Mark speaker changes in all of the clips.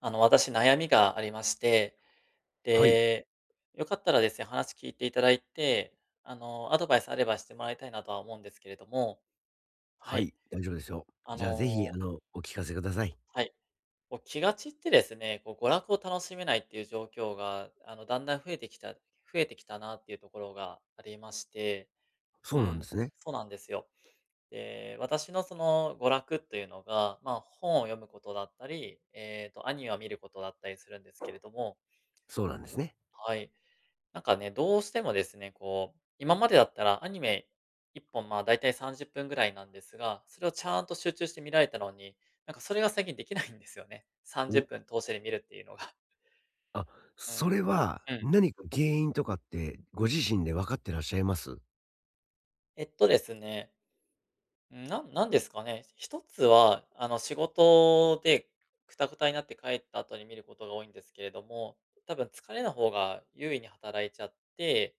Speaker 1: 私悩みがありまして、
Speaker 2: はい。
Speaker 1: で、よかったらですね、話聞いていただいて、アドバイスあればしてもらいたいなとは思うんですけれども、は
Speaker 2: は
Speaker 1: い。
Speaker 2: い、大丈夫ですよ。
Speaker 1: あ
Speaker 2: じゃあ、ぜひ、
Speaker 1: の、
Speaker 2: お聞かせください。
Speaker 1: はい。こう気が散ってですね、こう娯楽を楽しめないっていう状況が、だんだん増えてきたなっていうところがありまして、
Speaker 2: そ
Speaker 1: う
Speaker 2: うなんで
Speaker 1: ん、
Speaker 2: すね。
Speaker 1: そうなんですよ。で、私のその娯楽というのが、まあ、本を読むことだったり、アニメを見ることだったりするんですけれども、
Speaker 2: そうなんですね。
Speaker 1: はい。なんかね、どうしてもですね、こう、今までだったらアニメ1本、まあ、だいたい30分ぐらいなんですが、それをちゃんと集中して見られたのに、なんかそれが最近できないんですよね。30
Speaker 2: お、
Speaker 1: 分通してで見るっていうのが。
Speaker 2: あ、
Speaker 1: う
Speaker 2: それ
Speaker 1: ん。
Speaker 2: は
Speaker 1: うん。
Speaker 2: 何か原因とかってご自身で分かってらっしゃいます？
Speaker 1: えっとですね、なんですかね。一つは、仕事でクタクタになって帰った後に見ることが多いんですけれども、多分疲れの方が優位に働いちゃって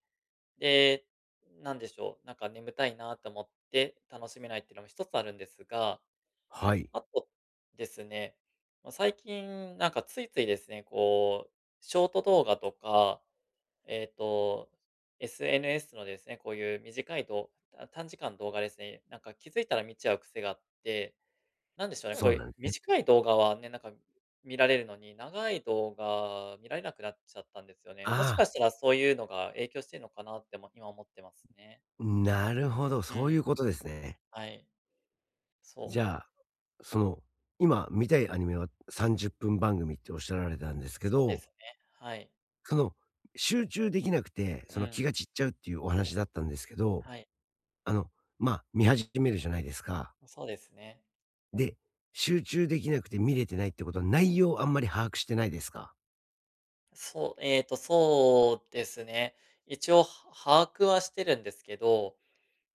Speaker 1: で、なんでしょう、なんか眠たいなと思って楽しめないっていうのも一つあるんですが、
Speaker 2: はい、
Speaker 1: あとですね、ま、最近なんかついついですね、こう、ショート動画とか、えっと、SNS のですね、こういう短い動あ、短時間動画ですね、なんか気づいたら見ちゃう癖があってなんでしょうね、
Speaker 2: そ
Speaker 1: こ
Speaker 2: う
Speaker 1: うい
Speaker 2: な
Speaker 1: う
Speaker 2: んですね。
Speaker 1: 短い動画はね、なんか見られるのに、長い動画見られなくなっちゃったんですよね。もし
Speaker 2: あ
Speaker 1: かしたらそういうのが影響してるのかなっても今思ってますね。
Speaker 2: あ、なるほど、
Speaker 1: う
Speaker 2: そうい
Speaker 1: ん。
Speaker 2: うことですね。
Speaker 1: はい。そ
Speaker 2: じゃ
Speaker 1: う。
Speaker 2: あ、その、今見たいアニメは30分番組っておっしゃられたんですけ
Speaker 1: そうで
Speaker 2: ど、
Speaker 1: すね。はい。
Speaker 2: その、集中できなくて、そ
Speaker 1: う
Speaker 2: の気
Speaker 1: ん。
Speaker 2: が散っちゃうっていうお話だったんですけど、
Speaker 1: はい。
Speaker 2: あの、まあ、見始めるじゃないですか。
Speaker 1: そうですね。
Speaker 2: で、集中できなくて見れてないってことは、内容をあんまり把握してないですか？
Speaker 1: そう、そうですね。一応、は把握はしてるんですけど、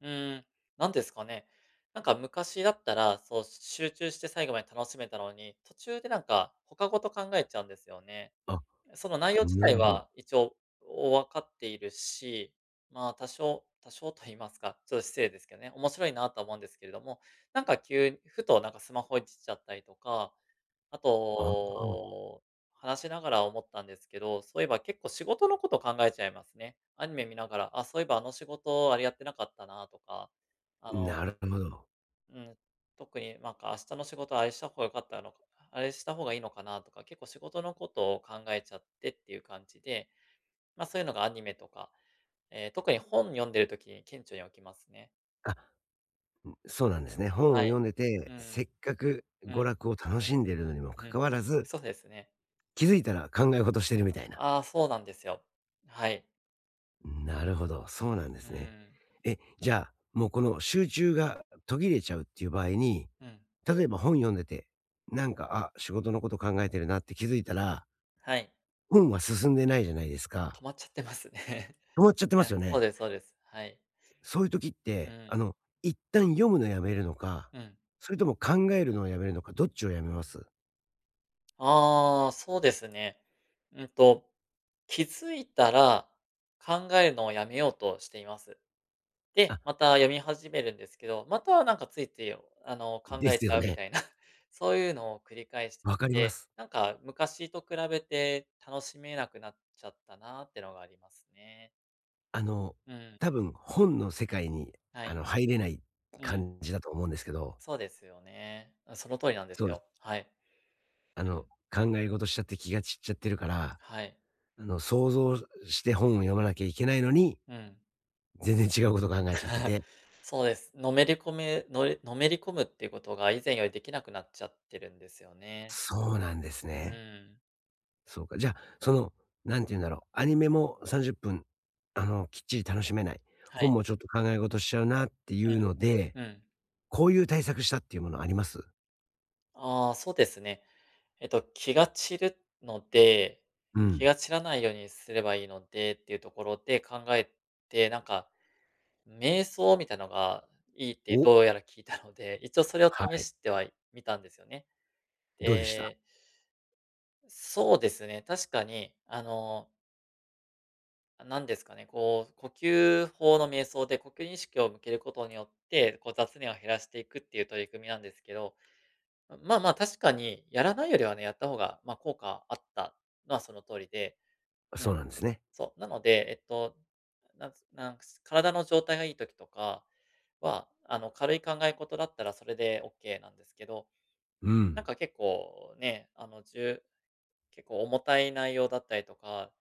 Speaker 1: うーん、なんですかね。なんか昔だったら、そう、集中して最後まで楽しめたのに、途中でなんか他事考えちゃうんですよね。
Speaker 2: あ、
Speaker 1: その内容自
Speaker 2: な
Speaker 1: 体
Speaker 2: るほど。
Speaker 1: は一応、お分かっているし、まあ、多少 多少と言いますか、ちょっと失礼ですけどね、面白いなとは思うんですけれども、なんか急にふとなんかスマホいじっちゃったりとか、あ
Speaker 2: ああ、
Speaker 1: と、話しながら思ったんですけど、そういえば結構仕事のこと考えちゃいますね。アニメ見ながら、あ、そういえばあの仕事あれやってなかったなとか、あの
Speaker 2: なるほど。
Speaker 1: うん、特になんか明日の仕事あれした方が良かったのか、あれした方がいいのかなとか、結構仕事のことを考えちゃってっていう感じで、ま、そういうのがアニメとか、特に本読んでる時に顕著に起きますね。
Speaker 2: あ、そうなんですね。本を
Speaker 1: はい。
Speaker 2: 読んでて、
Speaker 1: う
Speaker 2: せ
Speaker 1: ん。
Speaker 2: っかく
Speaker 1: う
Speaker 2: 娯楽を楽しんでるのにもか
Speaker 1: ん、うん。
Speaker 2: かわらず、
Speaker 1: そうですね。
Speaker 2: 気づいたら考え事してるみたいな。
Speaker 1: ああ、そうなんですよ。はい。
Speaker 2: なるほど、そうなんで
Speaker 1: う
Speaker 2: すね。
Speaker 1: ん。
Speaker 2: え、じゃあ、もうこの集中が途切れちゃうっていう場合に、
Speaker 1: うん。
Speaker 2: 例えば本読んでて、なんか、あ、仕事のこと考えてるなって気づいたら、
Speaker 1: はい。
Speaker 2: 本は進んでないじゃないですか。
Speaker 1: 止まっちゃってますね。
Speaker 2: 止まっちゃって ます
Speaker 1: あ、
Speaker 2: よ
Speaker 1: そ
Speaker 2: ね。
Speaker 1: うですそうです。はい。
Speaker 2: そういう時っ
Speaker 1: う
Speaker 2: て、
Speaker 1: ん、
Speaker 2: 一旦読むのやめるのか、
Speaker 1: うん。
Speaker 2: それとも考えるのをやめるのか、どっちをやめます
Speaker 1: ああ、そうですね。うんと気づいたら、考えるのをやめようとしています。
Speaker 2: あ、
Speaker 1: で、また読み始めるんですけど、またなんかついつい、考
Speaker 2: で
Speaker 1: え
Speaker 2: す
Speaker 1: ち
Speaker 2: よ
Speaker 1: ゃうみ
Speaker 2: ね。
Speaker 1: たいな、そういうのを繰り返してい
Speaker 2: わかりま
Speaker 1: て、
Speaker 2: す。
Speaker 1: なんか昔と比べて楽しめなくなっちゃったなってのがありますね。
Speaker 2: あの、
Speaker 1: うん。
Speaker 2: 多分本の世界に、
Speaker 1: はい。
Speaker 2: 入れない
Speaker 1: うん。
Speaker 2: 感じだと思うんですけど、
Speaker 1: そうですよね。うん、その通りなんです
Speaker 2: そうで
Speaker 1: よ。
Speaker 2: す。
Speaker 1: はい。うん。
Speaker 2: 考え事しちゃって気が散っちゃってるから、
Speaker 1: はい。
Speaker 2: 想像して本を読まなきゃいけないのに、
Speaker 1: うん。
Speaker 2: 全然違うこと考えちゃって て。
Speaker 1: そうです。のめり込むっていうことが以前よりできなくなっちゃってるんですよね。
Speaker 2: そうなんです
Speaker 1: う
Speaker 2: ね。
Speaker 1: ーん。
Speaker 2: そうか。じゃあ、なんて言うんだろう、アニメも30分、きっちり楽しめない、
Speaker 1: は
Speaker 2: 本
Speaker 1: い。
Speaker 2: もちょっと考え事しちゃうなっていうので、
Speaker 1: うん、うん。
Speaker 2: こういう対策したっていうものあります？
Speaker 1: ああ、そうですね。気が散るので、
Speaker 2: う
Speaker 1: 気
Speaker 2: ん。
Speaker 1: が散らないようにすればいいのでっていうところで考えて、なんか、瞑想みたいのがいいって
Speaker 2: お、
Speaker 1: どうやら聞いたので、一応それを
Speaker 2: は
Speaker 1: 試
Speaker 2: い。
Speaker 1: してはみたんですよね。
Speaker 2: どうでした？
Speaker 1: で、そうですね、確かに、なんですかね、こう、呼吸法の瞑想で呼吸に意識を向けることによって、こう雑念を減らしていくっていう取り組みなんですけど、まあまあ、確かにやらないよりはね、やった方が、ま、あ効果あったのはその通りで、う
Speaker 2: そう
Speaker 1: ん、
Speaker 2: なんですね。
Speaker 1: そう、なので、なんか体の状態がいい時とかは、軽い考え事だったらそれでオッケーなんですけど、
Speaker 2: う
Speaker 1: なん
Speaker 2: ん。
Speaker 1: か結構ね、結構重たい内容だったりとか、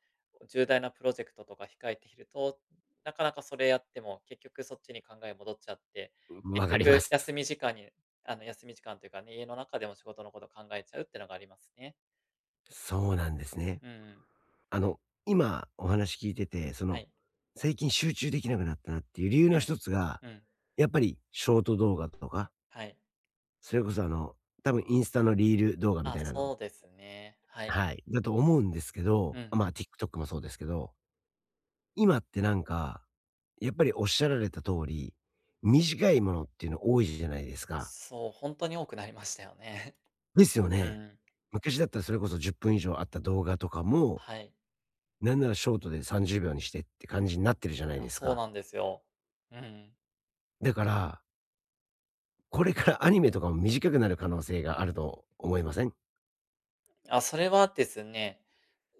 Speaker 1: 重大なプロジェクトとか控えていると、なかなかそれやっても、結局そっちに考え戻っちゃって、
Speaker 2: わ
Speaker 1: 結
Speaker 2: かりま
Speaker 1: 局
Speaker 2: す。
Speaker 1: 休み時間に休み時間というかね、家の中でも仕事のこと考えちゃうってのがありますね。
Speaker 2: そうなんですね。
Speaker 1: うん
Speaker 2: あの、今お話聞いてて、
Speaker 1: はい。
Speaker 2: 最近集中できなくなったなっていう理由
Speaker 1: う
Speaker 2: の
Speaker 1: ん、
Speaker 2: 一つが、
Speaker 1: うん。
Speaker 2: やっぱりショート動画とか、
Speaker 1: はい。
Speaker 2: それこそ多分インスタのリール動画み
Speaker 1: あ、
Speaker 2: たいなの、
Speaker 1: そうですね。はい。
Speaker 2: はい、だと思うんですけ
Speaker 1: う
Speaker 2: ど、
Speaker 1: ん。
Speaker 2: まあ TikTok もそうですけど、今ってなんか、やっぱりおっしゃられた通り、短いものっていうの多いじゃないですか。
Speaker 1: そう、本当に多くなりましたよね。
Speaker 2: ですよ
Speaker 1: う
Speaker 2: ね。
Speaker 1: ん。
Speaker 2: 昔だったらそれこそ10分以上あった動画とかも、
Speaker 1: はい。
Speaker 2: なんならショートで30秒にしてって感じになってるじゃない
Speaker 1: あ、
Speaker 2: です
Speaker 1: そう
Speaker 2: か。
Speaker 1: なんですよ。うん。
Speaker 2: だから、これからアニメとかも短くなる可能性があると思いません？
Speaker 1: あ、それはですね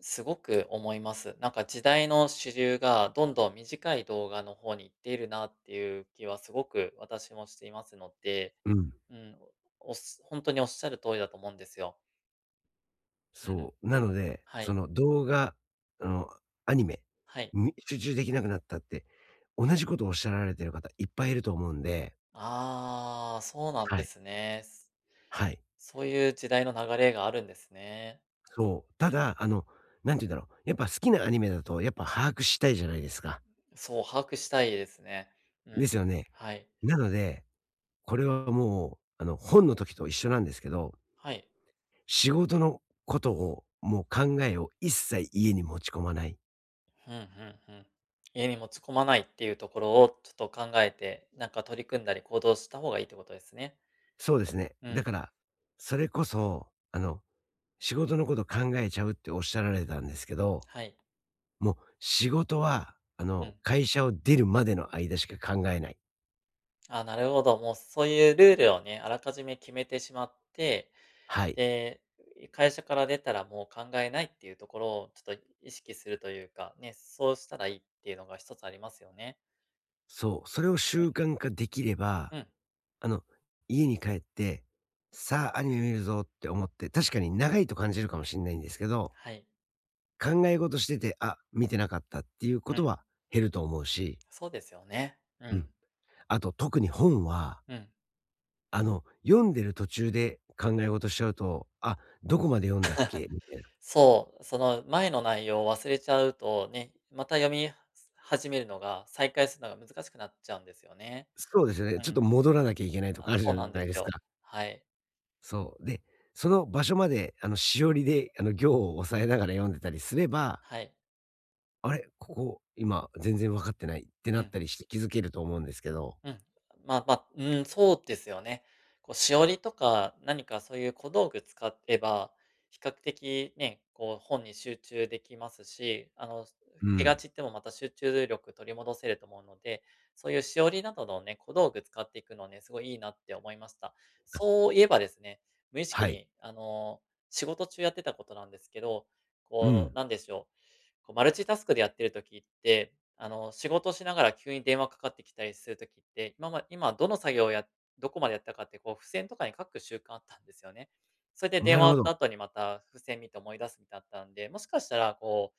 Speaker 1: すごく思います。なんか時代の主流がどんどん短い動画の方に行っているなっていう気はすごく私もしていますので、
Speaker 2: うん。
Speaker 1: うん、おっしほんとにおっしゃる通りだと思うんですよ。うん、
Speaker 2: そう。なので、
Speaker 1: は
Speaker 2: そ
Speaker 1: い、
Speaker 2: の動画、あの、アニメ
Speaker 1: はい。
Speaker 2: み集中できなくなったって、同じことをおっしゃられてる方いっぱいいると思うんで。
Speaker 1: ああ、そうなん
Speaker 2: は
Speaker 1: で
Speaker 2: い。
Speaker 1: すね。
Speaker 2: はい。
Speaker 1: そういう時代の流れがあるんですね。
Speaker 2: そう。ただ、なんて言うんだろう、やっぱ好きなアニメだとやっぱ把握したいじゃないですか。
Speaker 1: そう、把握したいですね。うん。
Speaker 2: ですよね。
Speaker 1: はい。
Speaker 2: なので、これはもう、本の時と一緒なんですけど、
Speaker 1: はい。
Speaker 2: 仕事のことを、もう考えを一切家に持ち込まない。
Speaker 1: ふんふんふん。家に持ち込まないっていうところをちょっと考えて、なんか取り組んだり行動した方がいいってことですね。
Speaker 2: そうですね。
Speaker 1: う
Speaker 2: だ
Speaker 1: ん、
Speaker 2: から、それこそ、仕事のこと考えちゃうっておっしゃられたんですけど、
Speaker 1: はい。
Speaker 2: もう仕事は、
Speaker 1: うん。
Speaker 2: 会社を出るまでの間しか考えない。
Speaker 1: あ、なるほど。もうそういうルールをね、あらかじめ決めてしまって、
Speaker 2: はい。
Speaker 1: で、会社から出たらもう考えないっていうところをちょっと意識するというか、ね、そうしたらいいっていうのが一つありますよね。
Speaker 2: そう。それを
Speaker 1: う
Speaker 2: 習慣化できれば、
Speaker 1: ん、
Speaker 2: あの、家に帰って、さあアニメ見るぞって思って、確かに長いと感じるかもしれないんですけど、
Speaker 1: はい。
Speaker 2: 考え事してて、あ、見てなかったっていうこ
Speaker 1: うん、
Speaker 2: とは減ると思うし、
Speaker 1: そうですよね。う
Speaker 2: うん。
Speaker 1: ん、
Speaker 2: あと特に本は、
Speaker 1: うん。
Speaker 2: 読んでる途中で考え事しちゃうと、あ、どこまで読んだっけみたいな。
Speaker 1: そう、その前の内容を忘れちゃうとね、また読み始めるのが、再開するのが難しくなっちゃうんですよね。
Speaker 2: そうですよね。
Speaker 1: う
Speaker 2: ちょっ
Speaker 1: ん、
Speaker 2: と戻らなきゃいけないと
Speaker 1: あ、
Speaker 2: かあるじ
Speaker 1: そ
Speaker 2: ゃ
Speaker 1: うなんで
Speaker 2: ない
Speaker 1: す
Speaker 2: です
Speaker 1: よ。
Speaker 2: か。
Speaker 1: はい、
Speaker 2: そう。で、その場所まで、しおりで、行を押さえながら読んでたりすれば、
Speaker 1: はい。
Speaker 2: あれ、ここ、今、全然分かってないってな
Speaker 1: う
Speaker 2: った
Speaker 1: ん。
Speaker 2: りして気づけると思うんですけど。
Speaker 1: うん。ま、まあ、うん、そうですよね。こう、しおりとか、何かそういう小道具使えば、比較的ね、こう、本に集中できますし、
Speaker 2: う
Speaker 1: 気が
Speaker 2: ん。
Speaker 1: 散ってもまた集中力取り戻せると思うので、そういうしおりなどのね、小道具使っていくのね、すごいいいなって思いました。
Speaker 2: あ、
Speaker 1: そういえばですね、無意識
Speaker 2: はい。
Speaker 1: に、仕事中やってたことなんですけど、
Speaker 2: う
Speaker 1: こ
Speaker 2: ん。
Speaker 1: う、なんでしょうこうマルチタスクでやってる時って、仕事しながら急に電話かかってきたりする時って、今どの作業をどこまでやったかって、こう、付箋とかに書く習慣あったんですよね。それで
Speaker 2: な
Speaker 1: 電
Speaker 2: る
Speaker 1: 話
Speaker 2: ほ
Speaker 1: 終わ
Speaker 2: ど。
Speaker 1: った後にまた付箋見て思い出すみたいだったんで、もしかしたら、こ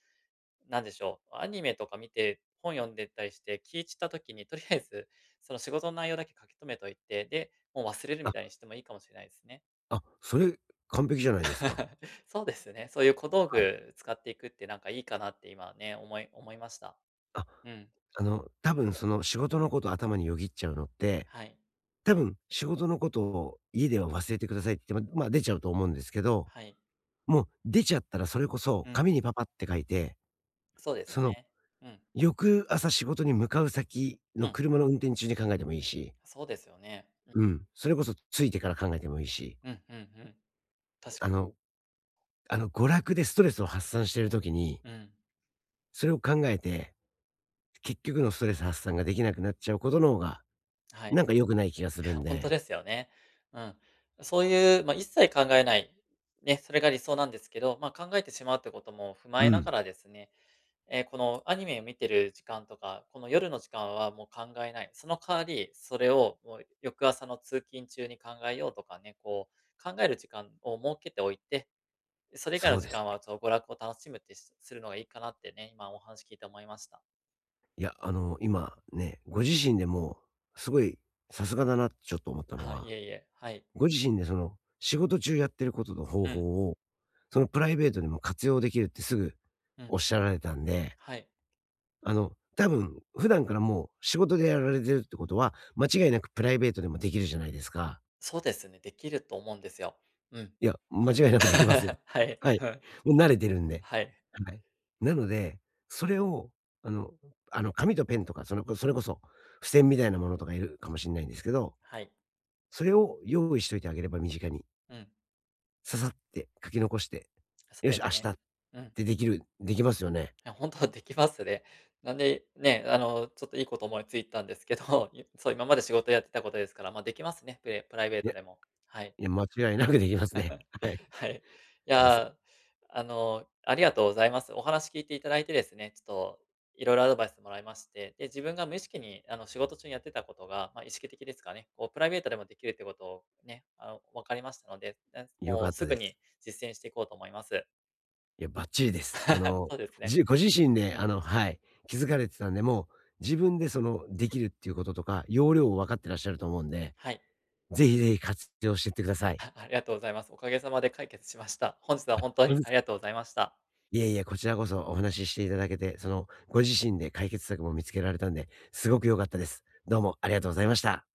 Speaker 1: う、なんでしょう、アニメとか見て、本読んでたりして聞い散った時に、とりあえず、その仕事の内容だけ書き留めといて、で、もう忘れる
Speaker 2: あ、
Speaker 1: みたいにしてもいいかもしれないですね。
Speaker 2: あ、それ、完璧じゃないですか。
Speaker 1: そうですね。そういう小道
Speaker 2: はい。
Speaker 1: 具使っていくってなんかいいかなって今ね、思いました。
Speaker 2: あ、
Speaker 1: うん、
Speaker 2: 多分その仕事のこと頭によぎっちゃうのって
Speaker 1: はい。
Speaker 2: 多分、仕事のことを家で
Speaker 1: うん。
Speaker 2: は忘れてくださいって言って、ままあ、出ちゃうと思うんですけど、
Speaker 1: はい。
Speaker 2: もう出ちゃったらそれこそ
Speaker 1: うん。
Speaker 2: 紙にパパって書いて、
Speaker 1: そうです
Speaker 2: その
Speaker 1: ね。うん、
Speaker 2: 翌朝仕事に向かう先
Speaker 1: う
Speaker 2: の
Speaker 1: ん。
Speaker 2: 車の運転中に考えてもいいし、
Speaker 1: そうですよね。うん。
Speaker 2: うん、それこそ着いてから考えてもいいし、
Speaker 1: うんうんうん。確か
Speaker 2: あ
Speaker 1: に。
Speaker 2: の娯楽でストレスを発散してる時に、
Speaker 1: うん。
Speaker 2: それを考えて、結局のストレス発散ができなくなっちゃうことの方が、
Speaker 1: はい。
Speaker 2: なんか良くない気がするん
Speaker 1: 本当
Speaker 2: で、
Speaker 1: ですよね。うん。そういう、まあ、一切考えない、ね、それが理想なんですけど、まあ、考えてしまうってことも踏ま
Speaker 2: う
Speaker 1: えな
Speaker 2: ん、
Speaker 1: がらですね、え、このアニメを見てる時間とか、この夜の時間はもう考えない。その代わり、それをもう翌朝の通勤中に考えようとかね、こう考える時間を設けておいてそれ以外
Speaker 2: そ
Speaker 1: の
Speaker 2: う
Speaker 1: 時
Speaker 2: です
Speaker 1: 間
Speaker 2: ね。
Speaker 1: は、ちょっと娯楽を楽しむってするのがいいかなってね、今お話聞いて思いました。
Speaker 2: いや、今ね、ご自身でもすごいさすがだなってちょっと思ったの
Speaker 1: あ、い
Speaker 2: は、
Speaker 1: えいえ、はい。
Speaker 2: ご自身でその仕事中やってることの方
Speaker 1: うん、
Speaker 2: 法を、そのプライベートでも活用できるってすぐ
Speaker 1: うん、
Speaker 2: おっしゃられたんで、
Speaker 1: はい。
Speaker 2: 多分普段からもう仕事でやられてるってことは、間違いなくプライベートでもできるじゃないですか。
Speaker 1: そうですね、できると思うんですよ。うん。
Speaker 2: いや、間違いなくできますよ。
Speaker 1: はい。
Speaker 2: はい。
Speaker 1: うん。
Speaker 2: もう慣れてるんで。
Speaker 1: はい。
Speaker 2: はい。なので、それを、あの紙とペンとか、そのこそれこそ、付箋みたいなものとかいるかもしんないんですけど、
Speaker 1: はい。
Speaker 2: それを用意しといてあげれば身近に、
Speaker 1: うん。
Speaker 2: ささって書き残して、
Speaker 1: そ
Speaker 2: よ
Speaker 1: うで
Speaker 2: し、明
Speaker 1: す
Speaker 2: 日
Speaker 1: ね。
Speaker 2: っ
Speaker 1: うん。
Speaker 2: てできますよね。
Speaker 1: いや、本当 はできますね。なんで、ね、ちょっといいこと思いついたんですけど、そう、今まで仕事やってたことですから、まあ、できますね、プライベー
Speaker 2: い
Speaker 1: ト
Speaker 2: や、
Speaker 1: でも。はい。
Speaker 2: いや、間違いなくできますね。はい。
Speaker 1: はい。い
Speaker 2: あ、
Speaker 1: やー、ありがとうございます。お話聞いていただいてですね、ちょっといろいろアドバイスもらいまして、で、自分が無意識にあの仕事中にやってたことが、まあ、意識的ですかね、こうプライベートでもできるってことをね、分かりましたので、ね
Speaker 2: 良か
Speaker 1: もう
Speaker 2: った
Speaker 1: す
Speaker 2: で
Speaker 1: ぐ
Speaker 2: す。
Speaker 1: に実践していこうと思います。
Speaker 2: いや、バッチリです。
Speaker 1: そうですね。
Speaker 2: ご自身で、
Speaker 1: うん。
Speaker 2: はい、気づかれてたんで、もう自分でできるっていうこととか、要領を分かってらっしゃると思うんで、
Speaker 1: はい。
Speaker 2: ぜひぜひ活用してってくださ い。
Speaker 1: ありがとうございます。おかげさまで解決しました。本日は
Speaker 2: ほ
Speaker 1: 本当
Speaker 2: んと
Speaker 1: に
Speaker 2: です
Speaker 1: あり
Speaker 2: か？
Speaker 1: がとうございました。
Speaker 2: いえいえ、こちらこそお話ししていただけて、ご自身で解決策も見つけられたんで、すごく良かったです。どうもありがとうございました。